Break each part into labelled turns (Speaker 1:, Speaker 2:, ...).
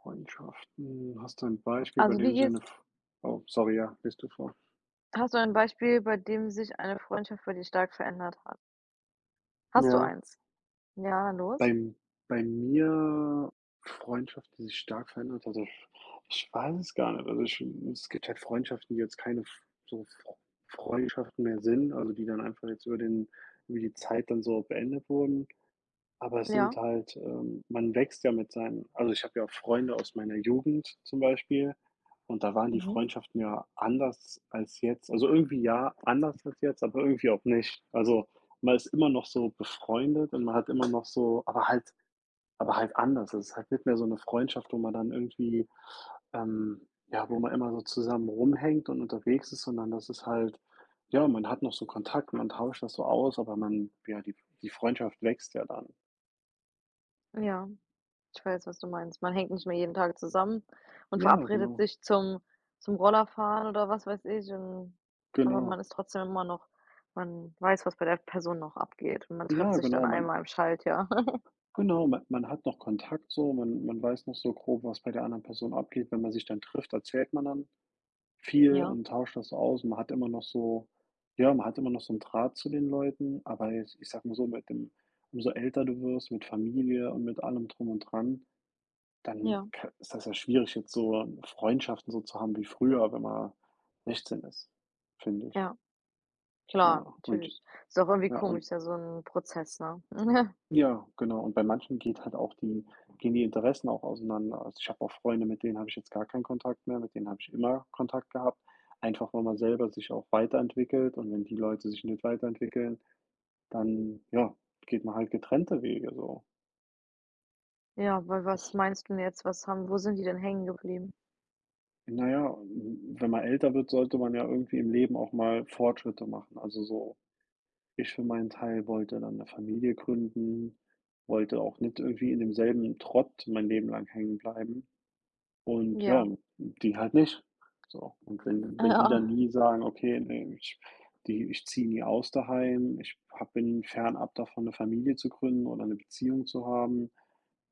Speaker 1: Freundschaften. Hast du ein Beispiel, bei
Speaker 2: Also, wie
Speaker 1: dem
Speaker 2: gehst
Speaker 1: Sinne f oh, sorry, ja, bist du vor.
Speaker 2: Hast du ein Beispiel, bei dem sich eine Freundschaft für dich stark verändert hat? Hast du
Speaker 1: Ja,
Speaker 2: eins? Ja, dann los.
Speaker 1: beim bei mir Freundschaft, die sich stark verändert hat. Ich weiß es gar nicht. Also, ich es gibt halt Freundschaften, die jetzt keine f so Fre Freundschaften mehr sind, also die dann einfach jetzt über die Zeit dann so beendet wurden. Aber es sind
Speaker 2: Ja.
Speaker 1: halt, man wächst ja mit seinen also ich habe ja auch Freunde aus meiner Jugend zum Beispiel und da waren die
Speaker 2: Mhm.
Speaker 1: Freundschaften ja anders als jetzt. Also irgendwie ja, anders als jetzt, aber irgendwie auch nicht. Also, man ist immer noch so befreundet und man hat immer noch so aber halt anders. Es ist halt nicht mehr so eine Freundschaft, wo man dann irgendwie, ähm ja, wo man immer so zusammen rumhängt und unterwegs ist, sondern das ist halt ja, man hat noch so Kontakt, man tauscht das so aus, aber man ja, die Freundschaft wächst ja dann.
Speaker 2: Ja, ich weiß, was du meinst. Man hängt nicht mehr jeden Tag zusammen und
Speaker 1: Ja,
Speaker 2: verabredet
Speaker 1: genau,
Speaker 2: sich zum Rollerfahren oder was weiß ich, und aber man
Speaker 1: genau.
Speaker 2: ist trotzdem immer noch, man weiß, was bei der Person noch abgeht, und man trifft
Speaker 1: Ja,
Speaker 2: sich dann
Speaker 1: genau, man
Speaker 2: einmal im Schaltjahr.
Speaker 1: genau, man hat noch Kontakt so, man weiß noch so grob, was bei der anderen Person abgeht. Wenn man sich dann trifft, erzählt man dann viel
Speaker 2: Ja,
Speaker 1: und tauscht das so aus. Man hat immer noch so ja, man hat immer noch so einen Draht zu den Leuten, aber jetzt, ich sag mal so, mit dem umso älter du wirst, mit Familie und mit allem drum und dran, dann
Speaker 2: ja,
Speaker 1: ka ist das ja schwierig, jetzt so Freundschaften so zu haben wie früher, wenn man 16 ist, finde ich.
Speaker 2: ja, klar,
Speaker 1: Ja, und
Speaker 2: natürlich. Ist auch irgendwie
Speaker 1: ja,
Speaker 2: komisch,
Speaker 1: und
Speaker 2: ist ja so 'n Prozess, ne?
Speaker 1: Ja, genau. Und bei manchen geht halt auch die gehen die Interessen auch auseinander. Also, ich habe auch Freunde, mit denen habe ich jetzt gar keinen Kontakt mehr, mit denen habe ich immer Kontakt gehabt, einfach weil man selber sich auch weiterentwickelt und wenn die Leute sich nicht weiterentwickeln, dann, ja, geht man halt getrennte Wege so.
Speaker 2: Ja, weil was
Speaker 1: Das
Speaker 2: meinst du denn jetzt? Was haben, wo sind die denn hängen geblieben?
Speaker 1: Na ja, wenn man älter wird, sollte man ja irgendwie im Leben auch mal Fortschritte machen. Also, so ich für meinen Teil wollte dann eine Familie gründen, wollte auch nicht irgendwie in demselben Trott mein Leben lang hängen bleiben. Und ja,
Speaker 2: Ja.
Speaker 1: die halt nicht. So, und wenn die dann
Speaker 2: Ja.
Speaker 1: nie sagen: „Okay, nee ich die ich ziehe nie aus daheim, ich habe bin fernab davon, eine Familie zu gründen oder eine Beziehung zu haben.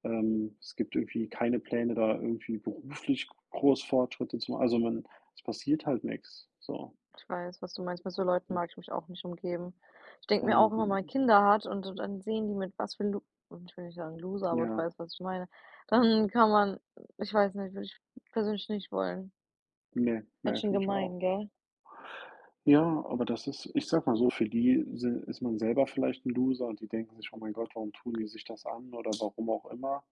Speaker 1: Es gibt irgendwie keine Pläne, da irgendwie beruflich groß Fortschritte zu ma“ also, man es passiert halt nichts so.
Speaker 2: Ich weiß, was du meinst. Mit so Leuten
Speaker 1: Und
Speaker 2: mag ich mich auch nicht umgeben. Ich denke mir auch,
Speaker 1: und
Speaker 2: wenn man Kinder hat und dann sehen die, mit was für Lu und ich will nicht sagen Loser, aber du
Speaker 1: ja,
Speaker 2: weißt, was ich meine. Dann kann man, ich weiß nicht, würde ich persönlich nicht wollen.
Speaker 1: ne,
Speaker 2: Ganz
Speaker 1: nee
Speaker 2: schön
Speaker 1: finde ich auch.
Speaker 2: gemein, gell?
Speaker 1: Ja, aber das ist ich sag mal so, für die si ist man selber vielleicht ein Loser und die denken sich: „Oh mein Gott, warum tun die sich das an?“ oder warum auch immer.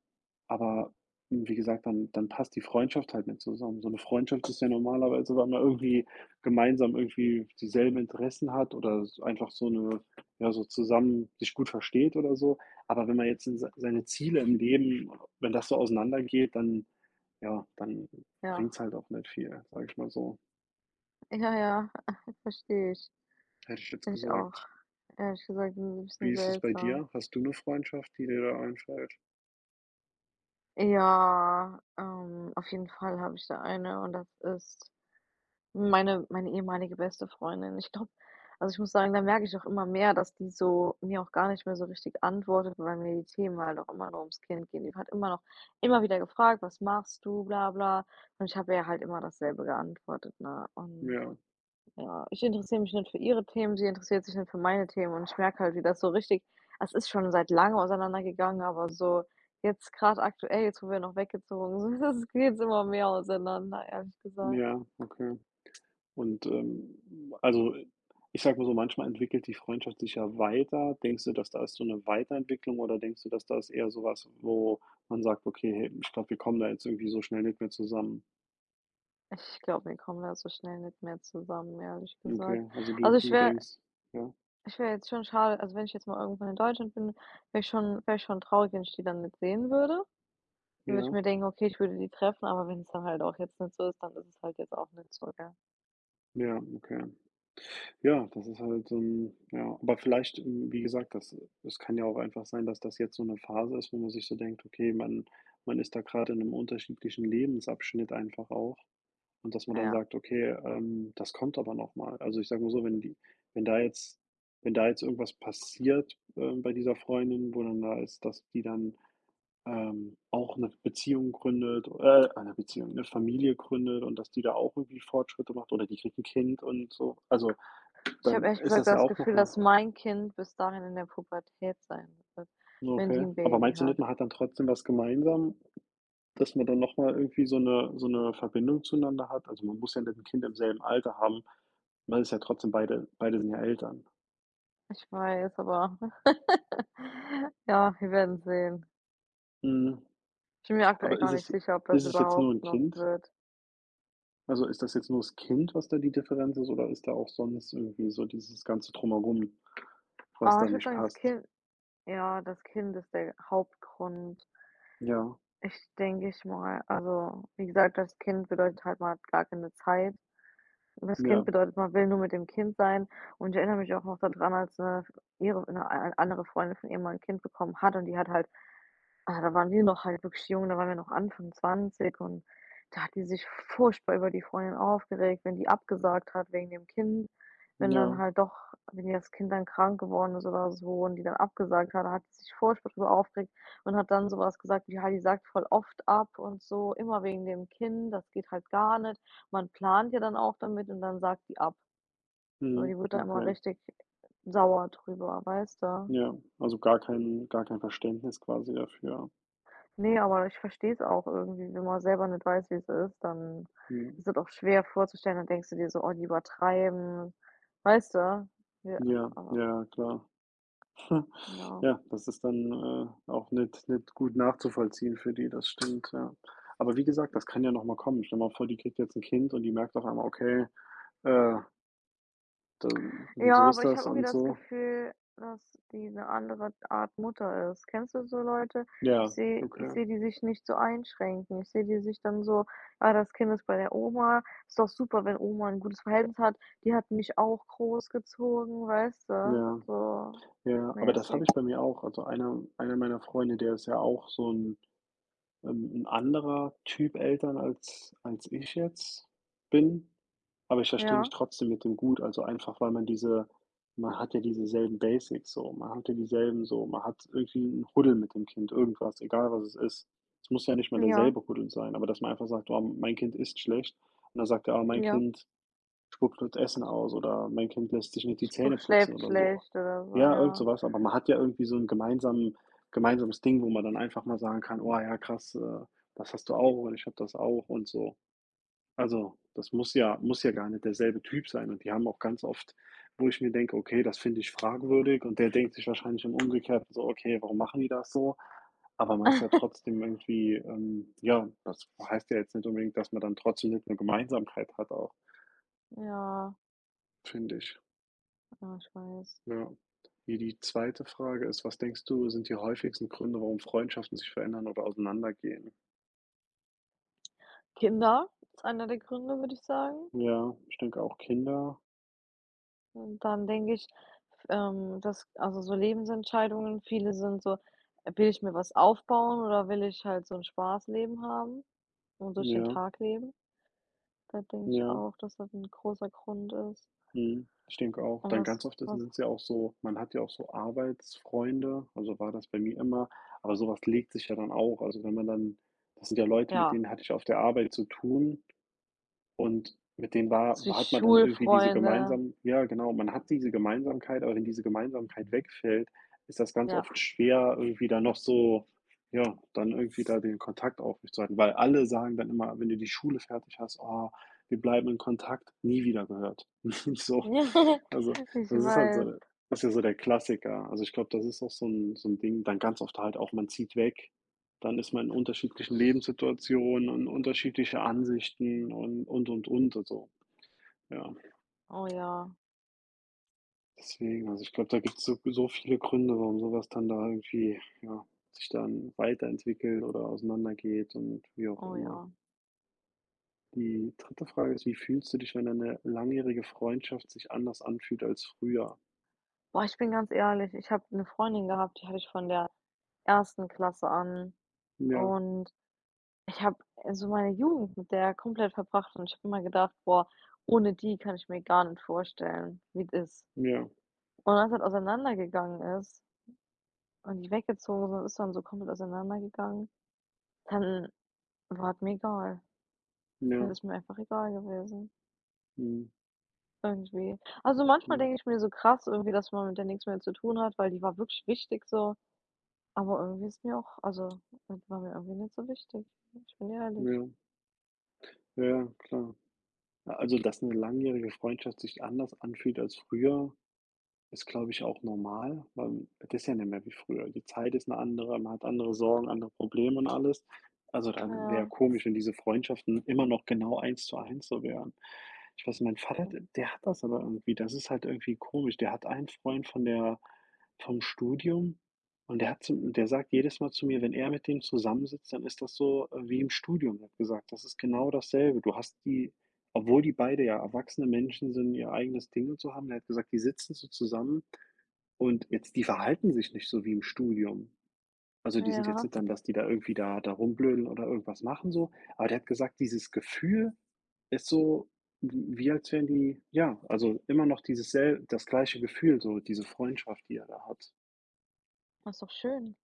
Speaker 1: Aber wie gesagt, dann passt die Freundschaft halt nicht zusammen. So eine Freundschaft ist ja normalerweise, weil man irgendwie gemeinsam irgendwie dieselben Interessen hat oder s einfach so eine ja, so zusammen sich gut versteht oder so. Aber wenn man jetzt in seine Ziele im Leben wenn das so auseinandergeht, dann ja, dann
Speaker 2: Ja,
Speaker 1: bringt's halt auch nicht viel, sage ich mal so,
Speaker 2: ja, ja, verstehe ich.
Speaker 1: hätte ich jetzt
Speaker 2: Finde ich auch,
Speaker 1: gesagt.
Speaker 2: ehrlich gesagt, 'n
Speaker 1: Wie
Speaker 2: bisschen
Speaker 1: ist es bei
Speaker 2: seltsam.
Speaker 1: dir? Hast du eine Freundschaft, die dir da einfällt?
Speaker 2: Ja, auf jeden Fall habe ich da eine, und das ist meine ehemalige beste Freundin. Ich glaube, also, ich muss sagen, da merke ich auch immer mehr, dass die so mir auch gar nicht mehr so richtig antwortet, weil mir die Themen halt auch immer nur ums Kind gehen. Die hat immer noch immer wieder gefragt: „Was machst du, bla bla?“ Und ich habe ihr halt immer dasselbe geantwortet, ne? Und
Speaker 1: Ja,
Speaker 2: ja, ich interessiere mich nicht für ihre Themen, sie interessiert sich nicht für meine Themen, und ich merke halt, wie das so richtig, es ist schon seit langem auseinandergegangen, aber so jetzt gerade aktuell, jetzt, wo wir noch weggezogen sind, das geht's immer mehr auseinander, ehrlich gesagt.
Speaker 1: ja, okay. Und, also, ich sage mal so, manchmal entwickelt die Freundschaft sich ja weiter. Denkst du, dass da ist so eine Weiterentwicklung oder denkst du, dass da ist eher so was, wo man sagt: „Okay, hey, ich glaube, wir kommen da jetzt irgendwie so schnell nicht mehr zusammen?“
Speaker 2: Ich glaube, wir kommen da so schnell nicht mehr zusammen, ehrlich gesagt.
Speaker 1: Okay, also du
Speaker 2: Also,
Speaker 1: du denkst ja,
Speaker 2: ich wäre jetzt schon, schade also, wenn ich jetzt mal irgendwann in Deutschland bin, wäre ich schon traurig, wenn ich die dann nicht sehen würde. Dann würde ich
Speaker 1: ja,
Speaker 2: mir denken: „Okay, ich würde die treffen“, aber wenn es dann halt auch jetzt nicht so ist, dann ist es halt jetzt auch nicht so, gell?
Speaker 1: ja, okay. Ja, das ist halt, ja, aber vielleicht, wie gesagt, das es kann ja auch einfach sein, dass das jetzt so eine Phase ist, wo man sich so denkt: „Okay, man ist da gerade in einem unterschiedlichen Lebensabschnitt einfach auch.“ Und dass man
Speaker 2: Ja,
Speaker 1: dann
Speaker 2: ja.
Speaker 1: sagt: „Okay, das kommt aber noch mal.“ Also, ich sage mal so, wenn die wenn da jetzt wenn da jetzt irgendwas passiert, bei dieser Freundin, wo dann da ist, dass die dann, auch eine Beziehung gründet eine Beziehung, eine Familie gründet und dass die da auch irgendwie Fortschritte macht oder die kriegt ein Kind und so. Also,
Speaker 2: Ich habe
Speaker 1: dann
Speaker 2: ehrlich
Speaker 1: ist
Speaker 2: gesagt
Speaker 1: das ja
Speaker 2: das
Speaker 1: auch noch
Speaker 2: Gefühl,
Speaker 1: mal
Speaker 2: dass mein Kind bis dahin in der Pubertät sein wird,
Speaker 1: so,
Speaker 2: wenn die
Speaker 1: okay.
Speaker 2: ein
Speaker 1: Aber
Speaker 2: Baby
Speaker 1: meinst du nicht,
Speaker 2: hat.
Speaker 1: man hat dann trotzdem was gemeinsam? Dass man dann noch mal irgendwie so eine Verbindung zueinander hat. Also, man muss ja nicht ein Kind im selben Alter haben. Man ist ja trotzdem beide sind ja Eltern.
Speaker 2: Ich weiß, aber ja, wir werden sehen.
Speaker 1: Mhm.
Speaker 2: Ich bin mir aktuell
Speaker 1: Aber
Speaker 2: gar nicht sicher, ob das
Speaker 1: ist es jetzt nur
Speaker 2: überhaupt
Speaker 1: ein
Speaker 2: noch
Speaker 1: Kind?
Speaker 2: wird.
Speaker 1: Also, ist das jetzt nur das Kind, was da die Differenz ist, oder ist da auch sonst irgendwie so dieses ganze Drumherum, was
Speaker 2: Ah, ich
Speaker 1: da
Speaker 2: würde
Speaker 1: nicht
Speaker 2: sagen, das
Speaker 1: passt?
Speaker 2: Kind ja, das Kind ist der Hauptgrund.
Speaker 1: Ja,
Speaker 2: Ich denke ich mal, also, wie gesagt, das Kind bedeutet halt, man hat gar keine Zeit. Das Kind
Speaker 1: ja,
Speaker 2: bedeutet, man will nur mit dem Kind sein. Und ich erinnere mich auch noch daran, als eine ihre eine a andere Freundin von ihr mal ein Kind bekommen hat und die hat halt, ah, da waren wir noch halt wirklich jung, da waren wir noch Anfang zwanzig, und da hat die sich furchtbar über die Freundin aufgeregt, wenn die abgesagt hat wegen dem Kind. Wenn dann
Speaker 1: ja.
Speaker 2: halt doch, wenn das Kind dann krank geworden ist oder so und die dann abgesagt hat, da hat die sich furchtbar drüber aufgeregt und hat dann so was gesagt wie: Heidi sagt voll oft ab und so, immer wegen dem Kind, das geht halt gar nicht. Man plant ja dann auch damit, und dann sagt die ab.“ So,
Speaker 1: Mhm,
Speaker 2: die wird da immer
Speaker 1: okay.
Speaker 2: richtig sauer drüber, weißt du?
Speaker 1: Ja, also, gar kein Verständnis quasi dafür.
Speaker 2: Ne, aber ich verstehe es auch irgendwie, wenn man selber nicht weiß, wie es ist, dann
Speaker 1: Mhm.
Speaker 2: ist es auch schwer vorzustellen. Dann denkst du dir so: „Oh, die übertreiben“, weißt du? Ja,
Speaker 1: Ja,
Speaker 2: aber
Speaker 1: ja, klar.
Speaker 2: ja.
Speaker 1: Ja, das ist dann, auch nicht gut nachzuvollziehen für die, das stimmt, ja. Aber wie gesagt, das kann ja noch mal kommen. Stell dir mal vor, die kriegt jetzt ein Kind und die merkt auf einmal: „Okay, äh, da
Speaker 2: Ja,
Speaker 1: so
Speaker 2: aber
Speaker 1: ist
Speaker 2: ich
Speaker 1: das
Speaker 2: habe irgendwie
Speaker 1: und
Speaker 2: das
Speaker 1: so.“
Speaker 2: Gefühl, dass die 'ne andere Art Mutter ist. Kennst du so Leute?
Speaker 1: Ja,
Speaker 2: Ich
Speaker 1: okay.
Speaker 2: sehe die sich nicht so einschränken. Ich sehe die sich dann so: „Ah, das Kind ist bei der Oma. Ist doch super, wenn Oma 'n gutes Verhältnis hat. Die hat mich auch großgezogen“, weißt du?
Speaker 1: Ja,
Speaker 2: So
Speaker 1: ja. Aber das habe
Speaker 2: mäßig.
Speaker 1: ich bei mir auch. Also, einer meiner Freunde, der ist ja auch 'n anderer Typ Eltern, als ich jetzt bin, aber ich verstehe mich
Speaker 2: Ja,
Speaker 1: trotzdem mit dem gut. Also, einfach, weil man hat ja dieselben Basics so, man hat ja dieselben so man hat irgendwie einen Huddel mit dem Kind, irgendwas, egal was es ist. Es muss ja nicht mal
Speaker 2: ja.
Speaker 1: derselbe Huddel sein, aber dass man einfach sagt: „Oh, mein Kind ist schlecht.“ Und dann sagt er: „Ah, mein
Speaker 2: Ja,
Speaker 1: Kind spuckt das Essen aus oder mein Kind lässt sich nicht die
Speaker 2: sp
Speaker 1: Zähne putzen
Speaker 2: schläft
Speaker 1: oder so.
Speaker 2: schlecht oder so,
Speaker 1: Ja, irgend
Speaker 2: ja.
Speaker 1: so was, aber man hat ja irgendwie so ein gemeinsamen gemeinsames Ding, wo man dann einfach mal sagen kann: „Oh ja, krass, das hast du auch und ich habe das auch“ und so. Also, das muss ja gar nicht derselbe Typ sein und die haben auch ganz oft, wo ich mir denke: „Okay, das finde ich fragwürdig“ und der denkt sich wahrscheinlich im Umgekehrten so: „Okay, warum machen die das so?“ Aber man ist ja trotzdem irgendwie, ja, das heißt ja jetzt nicht unbedingt, dass man dann trotzdem nicht eine Gemeinsamkeit hat auch,
Speaker 2: Ja,
Speaker 1: finde ich.
Speaker 2: ja, ich weiß.
Speaker 1: Ja. Die zweite Frage ist: „Was denkst du, sind die häufigsten Gründe, warum Freundschaften sich verändern oder auseinandergehen?“
Speaker 2: Kinder ist einer der Gründe, würde ich sagen.
Speaker 1: Ja, ich denke auch Kinder.
Speaker 2: Und dann denke ich, f dass, also, so Lebensentscheidungen viele sind so: „Will ich mir was aufbauen oder will ich halt so 'n Spaßleben haben und durch den
Speaker 1: Ja,
Speaker 2: Tag leben?“ Da denke ich
Speaker 1: ja,
Speaker 2: auch, dass das 'n großer Grund ist.
Speaker 1: mhm. Ich denke auch.
Speaker 2: Und
Speaker 1: Dann
Speaker 2: was
Speaker 1: ganz oft ist
Speaker 2: was
Speaker 1: sind's ja auch so man hat ja auch so Arbeitsfreunde, also war das bei mir immer, aber sowas legt sich ja dann auch. Also, wenn man dann das sind ja Leute, mit
Speaker 2: ja,
Speaker 1: denen hatte ich auf der Arbeit zu tun. Und mit denen war
Speaker 2: so
Speaker 1: war hat man dann irgendwie diese
Speaker 2: Schulfreunde,
Speaker 1: gemeinsam ja genau, man hat diese Gemeinsamkeit, aber wenn diese Gemeinsamkeit wegfällt, ist das ganz
Speaker 2: ja.
Speaker 1: oft schwer, irgendwie da noch so ja, dann irgendwie da den Kontakt aufrechtzuerhalten, weil alle sagen dann immer, wenn du die Schule fertig hast: „Oh, wir bleiben in Kontakt“, nie wieder gehört. So. Also,
Speaker 2: Ich
Speaker 1: das ist halt
Speaker 2: weiß.
Speaker 1: so das ist ja so der Klassiker. Also, ich glaube, das ist auch so ein Ding, dann ganz oft halt auch, man zieht weg dann ist man in unterschiedlichen Lebenssituationen und unterschiedliche Ansichten und, und. Also, ja,
Speaker 2: Oh ja,
Speaker 1: deswegen, also ich glaube, da gibt's so viele Gründe, warum sowas dann da irgendwie, ja, sich dann weiterentwickelt oder auseinandergeht und wie auch
Speaker 2: oh
Speaker 1: immer.
Speaker 2: ja.
Speaker 1: Die dritte Frage ist: Wie fühlst du dich, wenn eine langjährige Freundschaft sich anders anfühlt als früher?
Speaker 2: Boah, ich bin ganz ehrlich, ich habe eine Freundin gehabt, die hatte ich von der ersten Klasse an,
Speaker 1: Ja,
Speaker 2: und ich habe, so meine Jugend mit der komplett verbracht, und ich habe immer gedacht: „Boah, ohne die kann ich mir gar nicht vorstellen, wie es ist.“
Speaker 1: ja,
Speaker 2: Und als das auseinandergegangen ist und die weggezogen sind, ist dann so komplett auseinandergegangen, dann war es mir egal. Es
Speaker 1: ja,
Speaker 2: ist mir einfach egal gewesen,
Speaker 1: mhm,
Speaker 2: irgendwie. Also, manchmal
Speaker 1: mhm,
Speaker 2: denke ich mir so krass irgendwie, dass man mit der nichts mehr zu tun hat, weil die war wirklich wichtig so. Aber irgendwie ist mir auch, also, das war mir irgendwie nicht so wichtig. Ich bin ehrlich.
Speaker 1: ja, ja, ja, klar. A Also, dass eine langjährige Freundschaft sich anders anfühlt als früher, ist, glaube ich, auch normal, weil das ist ja nicht mehr wie früher. Die Zeit ist eine andere, man hat andere Sorgen, andere Probleme und alles. Also, dann wäre
Speaker 2: Ja,
Speaker 1: komisch, wenn diese Freundschaften immer noch genau eins zu eins so wären. Ich weiß, mein Vater, d der hat das aber irgendwie. Das ist halt irgendwie komisch. Der hat einen Freund von der vom Studium und der hat zu der sagt jedes Mal zu mir, wenn er mit dem zusammensitzt, dann ist das so, wie im Studium. Er hat gesagt: „Das ist genau dasselbe. Du hast die Obwohl die beide ja erwachsene Menschen sind, ihr eigenes Ding und so haben. Er hat gesagt, die sitzen so zusammen und jetzt die verhalten sich nicht so wie im Studium. Also, die sind jetzt
Speaker 2: ja,
Speaker 1: nicht dann, dass die da irgendwie da rumblödeln oder irgendwas machen so, aber der hat gesagt, dieses Gefühl ist so wie als wären die ja, also immer noch dieses sel das gleiche Gefühl, so diese Freundschaft, die er da hat.
Speaker 2: ist doch schön.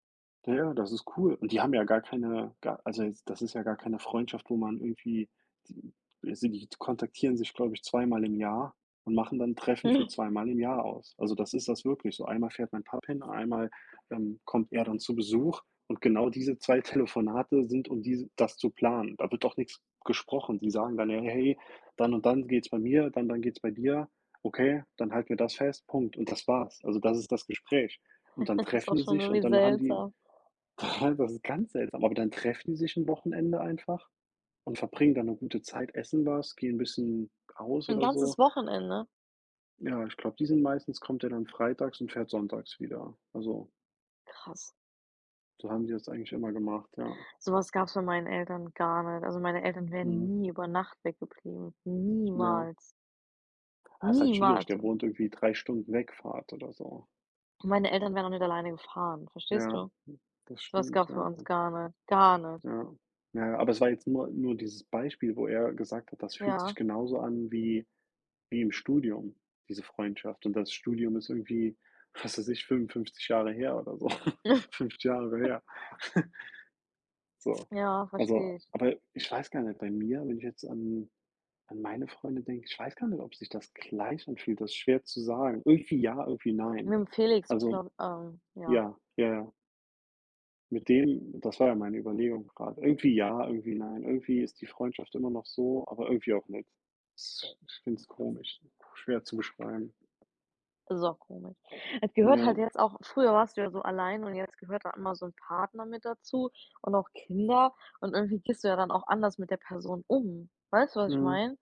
Speaker 1: Ja, das ist cool. Und die haben ja gar keine gar also jetzt das ist ja gar keine Freundschaft, wo man irgendwie die also die kontaktieren sich, glaube ich, zweimal im Jahr und machen dann Treffen für zweimal im Jahr aus. Also, das ist das wirklich so. Einmal fährt mein Papa hin, einmal, kommt er dann zu Besuch und genau diese 2 Telefonate sind, um diese das zu planen. Da wird auch nichts gesprochen. Die sagen dann: „Ja, hey, dann und dann geht's bei mir, dann geht's bei dir. Okay, dann halten wir das fest, Punkt.“ Und das war's. Also, das ist das Gespräch. Und dann
Speaker 2: Ist auch
Speaker 1: treffen die
Speaker 2: schon
Speaker 1: sich
Speaker 2: irgendwie
Speaker 1: und dann haben die
Speaker 2: seltsam.
Speaker 1: Total, das ist ganz seltsam, aber dann treffen die sich 'n Wochenende einfach und verbringen dann 'ne gute Zeit, essen was, gehen 'n bisschen aus
Speaker 2: Ein
Speaker 1: oder so.
Speaker 2: ganzes Wochenende?
Speaker 1: Ja, ich glaube, die sind meistens kommt der dann freitags und fährt sonntags wieder. Also,
Speaker 2: Krass.
Speaker 1: so haben die das eigentlich immer gemacht, ja.
Speaker 2: Sowas was gab's bei meinen Eltern gar nicht. Also, meine Eltern wären
Speaker 1: Mhm,
Speaker 2: nie über Nacht weggeblieben.
Speaker 1: ja.
Speaker 2: Niemals.
Speaker 1: Ah, ist halt schwierig,
Speaker 2: Niemals.
Speaker 1: der
Speaker 2: Und
Speaker 1: wohnt irgendwie 3 Stunden weg Fahrt oder so.
Speaker 2: meine Eltern wären auch nicht alleine gefahren, verstehst
Speaker 1: Ja,
Speaker 2: du?
Speaker 1: das
Speaker 2: Sowas was
Speaker 1: stimmt,
Speaker 2: gab's bei
Speaker 1: ja,
Speaker 2: uns gar nicht. Gar nicht.
Speaker 1: ja. Ja, aber es war jetzt nur dieses Beispiel, wo er gesagt hat, das fühlt sich
Speaker 2: Ja.
Speaker 1: genauso an wie wie im Studium, diese Freundschaft. Und das Studium ist irgendwie, was weiß ich, 55 Jahre her oder so. 5 Jahre her. So.
Speaker 2: Ja, verstehe
Speaker 1: Also,
Speaker 2: ich.
Speaker 1: aber ich weiß gar nicht, bei mir, wenn ich jetzt an an meine Freunde denke, ich weiß gar nicht, ob sich das gleich anfühlt, das ist schwer zu sagen. Irgendwie ja, irgendwie
Speaker 2: Mit
Speaker 1: nein.
Speaker 2: dem Felix,
Speaker 1: Also,
Speaker 2: glaube, ja.
Speaker 1: ja, ja, ja. Mit dem das war ja meine Überlegung gerade. Irgendwie ja, irgendwie nein. Irgendwie ist die Freundschaft immer noch so, aber irgendwie auch nicht. S ich finde es komisch, schwer zu beschreiben.
Speaker 2: So komisch. Es gehört halt
Speaker 1: Ja.
Speaker 2: jetzt auch, früher warst du ja so allein und jetzt gehört da immer so 'n Partner mit dazu und auch Kinder, und irgendwie gehst du ja dann auch anders mit der Person um. Weißt du, was ich
Speaker 1: Mhm.
Speaker 2: meine?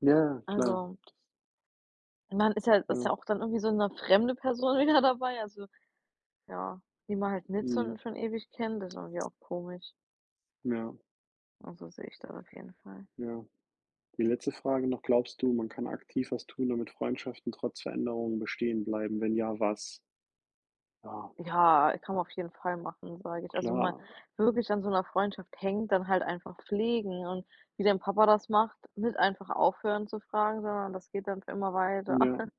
Speaker 1: Ja, klar.
Speaker 2: Also, man ist ja, ist ja
Speaker 1: Ja.
Speaker 2: auch dann irgendwie so 'ne fremde Person wieder dabei, also, ja, die man halt nicht
Speaker 1: Mhm.
Speaker 2: so für 'n ewig kennt, ist irgendwie auch komisch.
Speaker 1: Ja,
Speaker 2: Also, sehe ich das auf jeden Fall.
Speaker 1: ja. Die letzte Frage noch, glaubst du, man kann aktiv was tun, damit Freundschaften trotz Veränderungen bestehen bleiben? Wenn ja, was? Ja,
Speaker 2: Ja, kann man auf jeden Fall machen, sage ich. Also, wenn man
Speaker 1: klar.
Speaker 2: wirklich an so 'ner Freundschaft hängt, dann halt einfach pflegen und wie dein Papa das macht, nicht einfach aufhören zu fragen, sondern das geht dann für immer weiter.
Speaker 1: Ja.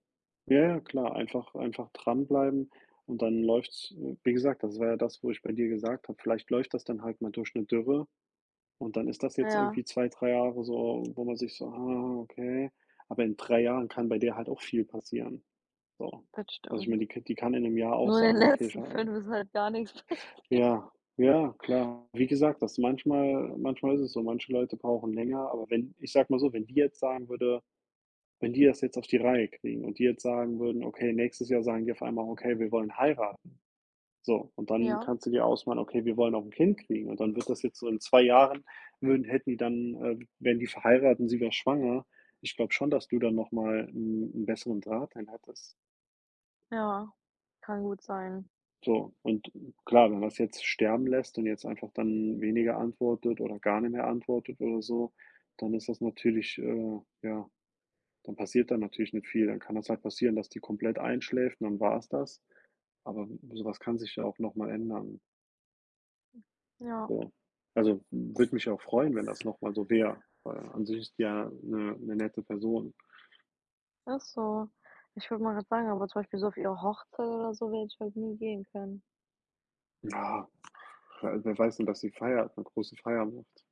Speaker 1: Ja, ja, klar. Einfach einfach dranbleiben und dann läuft's. Wie gesagt, das war ja das, wo ich bei dir gesagt habe, vielleicht läuft das dann halt mal durch eine Dürre. Und dann ist das jetzt
Speaker 2: Ja,
Speaker 1: irgendwie 2 3 Jahre so, wo man sich so: „Ah, okay.“ Aber in 3 Jahren kann bei der halt auch viel passieren. So.
Speaker 2: das
Speaker 1: Also, ich
Speaker 2: stimmt.
Speaker 1: meine, die die kann in einem Jahr auch
Speaker 2: Nur in den
Speaker 1: sagen: „Okay,
Speaker 2: letzten
Speaker 1: scha.“
Speaker 2: 5 ist halt gar nichts passiert.
Speaker 1: Ja, ja, klar. Wie gesagt, das manchmal manchmal ist es so, manche Leute brauchen länger, aber wenn ich sage mal so, wenn die jetzt sagen würde, wenn die das jetzt auf die Reihe kriegen und die jetzt sagen würden: „Okay, nächstes Jahr sagen die auf einmal: 'Okay, wir wollen heiraten.'“ So, und dann
Speaker 2: Ja,
Speaker 1: kannst du dir ausmalen: „Okay, wir wollen auch ein Kind kriegen.“ Und dann wird das jetzt so in 2 Jahren würden hätten die dann wären die verheiratet und sie wäre schwanger. Ich glaube schon, dass du dann noch mal einen besseren Draht dann hättest.
Speaker 2: ja, kann gut sein.
Speaker 1: So, und klar, wenn man es jetzt sterben lässt und jetzt einfach dann weniger antwortet oder gar nicht mehr antwortet oder so, dann ist das natürlich ja, dann passiert da natürlich nicht viel. Dann kann das halt passieren, dass die komplett einschläft und dann war es das. Aber sowas kann sich ja auch noch mal ändern.
Speaker 2: Ja,
Speaker 1: So. Also, würde mich auch freuen, wenn das noch mal so wäre, weil an sich ist die ja eine 'ne nette Person.
Speaker 2: ist so. Ich würde mal grad sagen, aber zum Beispiel so auf ihre Hochzeit oder so werde ich halt nie gehen können.
Speaker 1: Ja, wer weiß denn, dass sie feiert, eine große Feier macht?